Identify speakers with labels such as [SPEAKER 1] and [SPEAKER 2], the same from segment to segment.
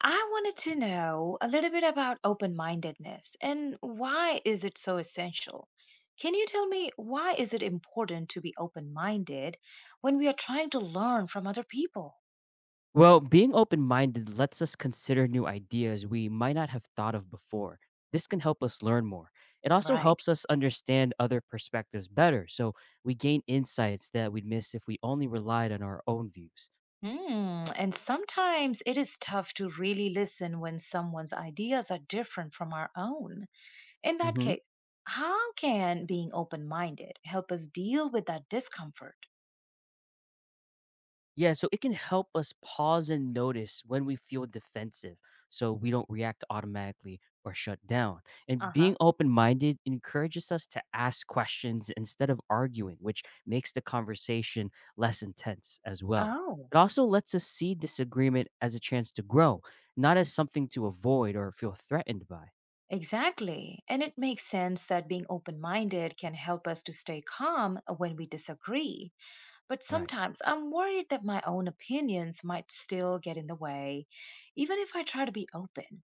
[SPEAKER 1] I wanted to know a little bit about open-mindedness and why is it so essential? Can you tell me why is it important to be open-minded when we are trying to learn from other people?
[SPEAKER 2] Well, being open minded lets us consider new ideas we might not have thought of before. This can help us learn more. It also
[SPEAKER 1] Right.
[SPEAKER 2] helps us understand other perspectives better, so we gain insights that we'd miss if we only relied on our own views.
[SPEAKER 1] Hmm. And sometimes it is tough to really listen when someone's ideas are different from our own. In that
[SPEAKER 2] Mm-hmm.
[SPEAKER 1] case, how can being open-minded help us deal with that discomfort?
[SPEAKER 2] Yeah, so it can help us pause and notice when we feel defensive so we don't react automatically or shut down.
[SPEAKER 1] Uh
[SPEAKER 2] And
[SPEAKER 1] huh.
[SPEAKER 2] being open minded encourages us to ask questions instead of arguing, which makes the conversation less intense as well.
[SPEAKER 1] Oh.
[SPEAKER 2] It also lets us see disagreement as a chance to grow, not as something to avoid or feel threatened by.
[SPEAKER 1] Exactly. And it makes sense that being open minded can help us to stay calm when we disagree. But
[SPEAKER 2] Right.
[SPEAKER 1] sometimes I'm worried that my own opinions might still get in the way, even if I try to be open.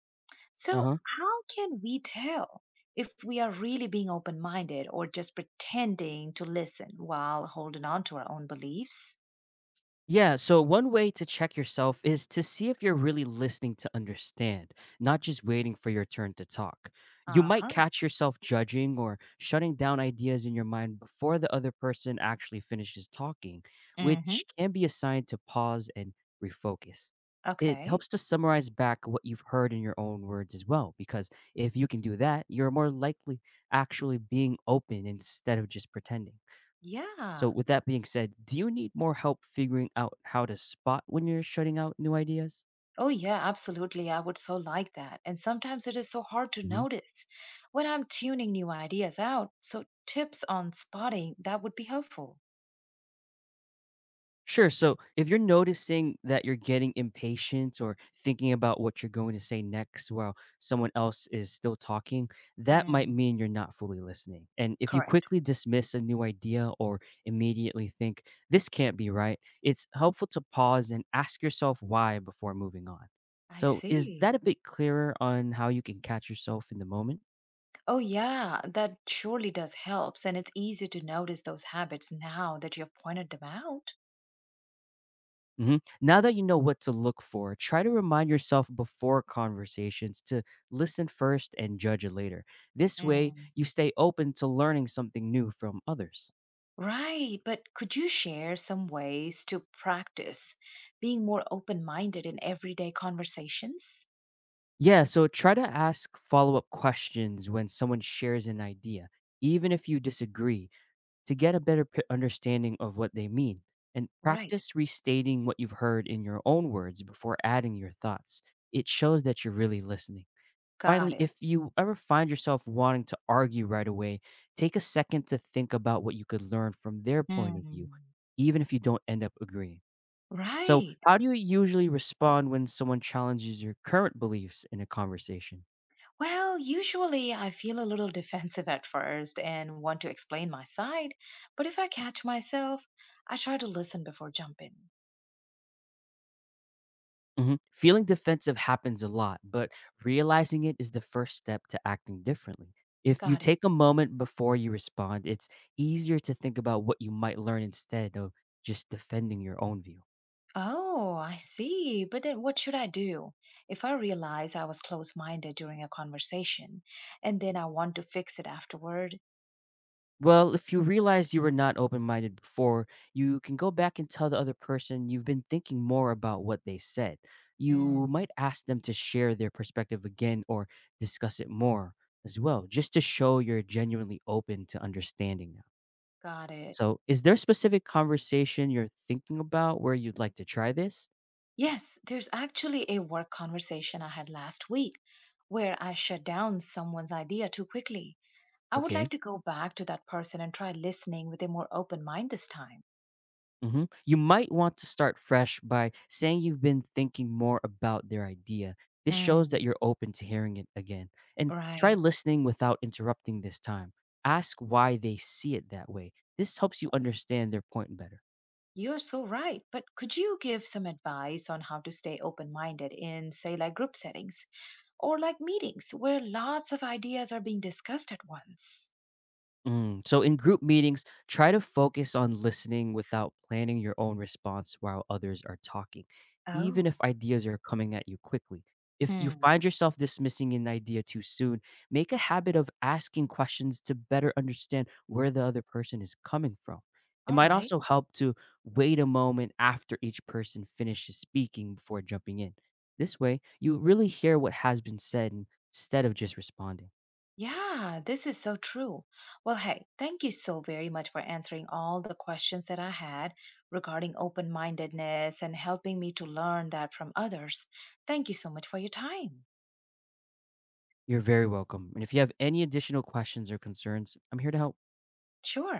[SPEAKER 2] Uh
[SPEAKER 1] So,
[SPEAKER 2] huh.
[SPEAKER 1] how can we tell if we are really being open minded or just pretending to listen while holding on to our own beliefs?
[SPEAKER 2] Yeah, so one way to check yourself is to see if you're really listening to understand, not just waiting for your turn to talk. You
[SPEAKER 1] Uh
[SPEAKER 2] might
[SPEAKER 1] huh.
[SPEAKER 2] catch yourself judging or shutting down ideas in your mind before the other person actually finishes talking,
[SPEAKER 1] Mm hmm.
[SPEAKER 2] which can be a sign to pause and refocus. It
[SPEAKER 1] Okay.
[SPEAKER 2] helps to summarize back what you've heard in your own words as well, because if you can do that, you're more likely actually being open instead of just pretending. So,
[SPEAKER 1] Yeah.
[SPEAKER 2] with that being said, do you need more help figuring out how to spot when you're shutting out new ideas?
[SPEAKER 1] Oh, yeah, absolutely. I would so like that. And sometimes it is so hard to
[SPEAKER 2] Hmm.
[SPEAKER 1] notice when I'm tuning new ideas out. So, tips on spotting that would be helpful.
[SPEAKER 2] Sure. So, if you're noticing that you're getting impatient or thinking about what you're going to say next while someone else is still talking, that might
[SPEAKER 1] Mm,
[SPEAKER 2] mean you're not fully listening. And if you
[SPEAKER 1] correct.
[SPEAKER 2] quickly dismiss a new idea or immediately think, this can't be right, it's helpful to pause and ask yourself why before moving on.
[SPEAKER 1] I
[SPEAKER 2] So, is
[SPEAKER 1] see.
[SPEAKER 2] that a bit clearer on how you can catch yourself in the moment?
[SPEAKER 1] Oh, yeah, that surely does helps, and it's easier to notice those habits now that you've pointed them out.
[SPEAKER 2] Mhm. Now that you know what to look for, try to remind yourself before conversations to listen first and judge it later. This way,
[SPEAKER 1] Mm.
[SPEAKER 2] you stay open to learning something new from others.
[SPEAKER 1] Right, but could you share some ways to practice being more open minded in everyday conversations?
[SPEAKER 2] Yeah, so try to ask follow up questions when someone shares an idea, even if you disagree, to get a better understanding of what they mean. And
[SPEAKER 1] Right,
[SPEAKER 2] practice restating what you've heard in your own words before adding your thoughts. It shows that you're really listening.
[SPEAKER 1] got
[SPEAKER 2] Finally,
[SPEAKER 1] it.
[SPEAKER 2] if you ever find yourself wanting to argue right away, take a second to think about what you could learn from their point of view,
[SPEAKER 1] Mm.
[SPEAKER 2] even if you don't end up agreeing. So,
[SPEAKER 1] Right.
[SPEAKER 2] how do you usually respond when someone challenges your current beliefs in a conversation?
[SPEAKER 1] Well, usually I feel a little defensive at first and want to explain my side, but if I catch myself, I try to listen before jumping.
[SPEAKER 2] Mhm. Feeling defensive happens a lot, but realizing it is the first step to acting differently. If you
[SPEAKER 1] Got it.
[SPEAKER 2] take a moment before you respond, it's easier to think about what you might learn instead of just defending your own view.
[SPEAKER 1] Oh, I see. But then what should I do if I realize I was close minded during a conversation and then I want to fix it afterward?
[SPEAKER 2] Well, if you realize you were not open minded before, you can go back and tell the other person you've been thinking more about what they said. You
[SPEAKER 1] Mm,
[SPEAKER 2] might ask them to share their perspective again or discuss it more as well, just to show you're genuinely open to understanding now.
[SPEAKER 1] got it.
[SPEAKER 2] So, is there a specific conversation you're thinking about where you'd like to try this?
[SPEAKER 1] Yes, there's actually a work conversation I had last week where I shut down someone's idea too quickly. I would
[SPEAKER 2] Okay.
[SPEAKER 1] like to go back to that person and try listening with a more open mind this time.
[SPEAKER 2] Mhm. You might want to start fresh by saying you've been thinking more about their idea. This shows that
[SPEAKER 1] Mm.
[SPEAKER 2] you're open to hearing it again. And try
[SPEAKER 1] Right.
[SPEAKER 2] listening without interrupting this time. Ask why they see it that way. This helps you understand their point better.
[SPEAKER 1] You're so right. But could you give some advice on how to stay open minded in, say, like group settings or like meetings where lots of ideas are being discussed at once?
[SPEAKER 2] So in group meetings, try to focus on listening without planning your own response while others are talking, even if
[SPEAKER 1] Oh.
[SPEAKER 2] ideas are coming at you quickly. If you
[SPEAKER 1] Hmm.
[SPEAKER 2] find yourself dismissing an idea too soon, make a habit of asking questions to better understand where the other person is coming from. It
[SPEAKER 1] All
[SPEAKER 2] might
[SPEAKER 1] right.
[SPEAKER 2] also help to wait a moment after each person finishes speaking before jumping in. This way, you really hear what has been said instead of just responding.
[SPEAKER 1] Yeah, this is so true. Well, hey, thank you so very much for answering all the questions that I had regarding open mindedness and helping me to learn that from others. Thank you so much for your time.
[SPEAKER 2] You're very welcome. And if you have any additional questions or concerns, I'm here to help.
[SPEAKER 1] Sure.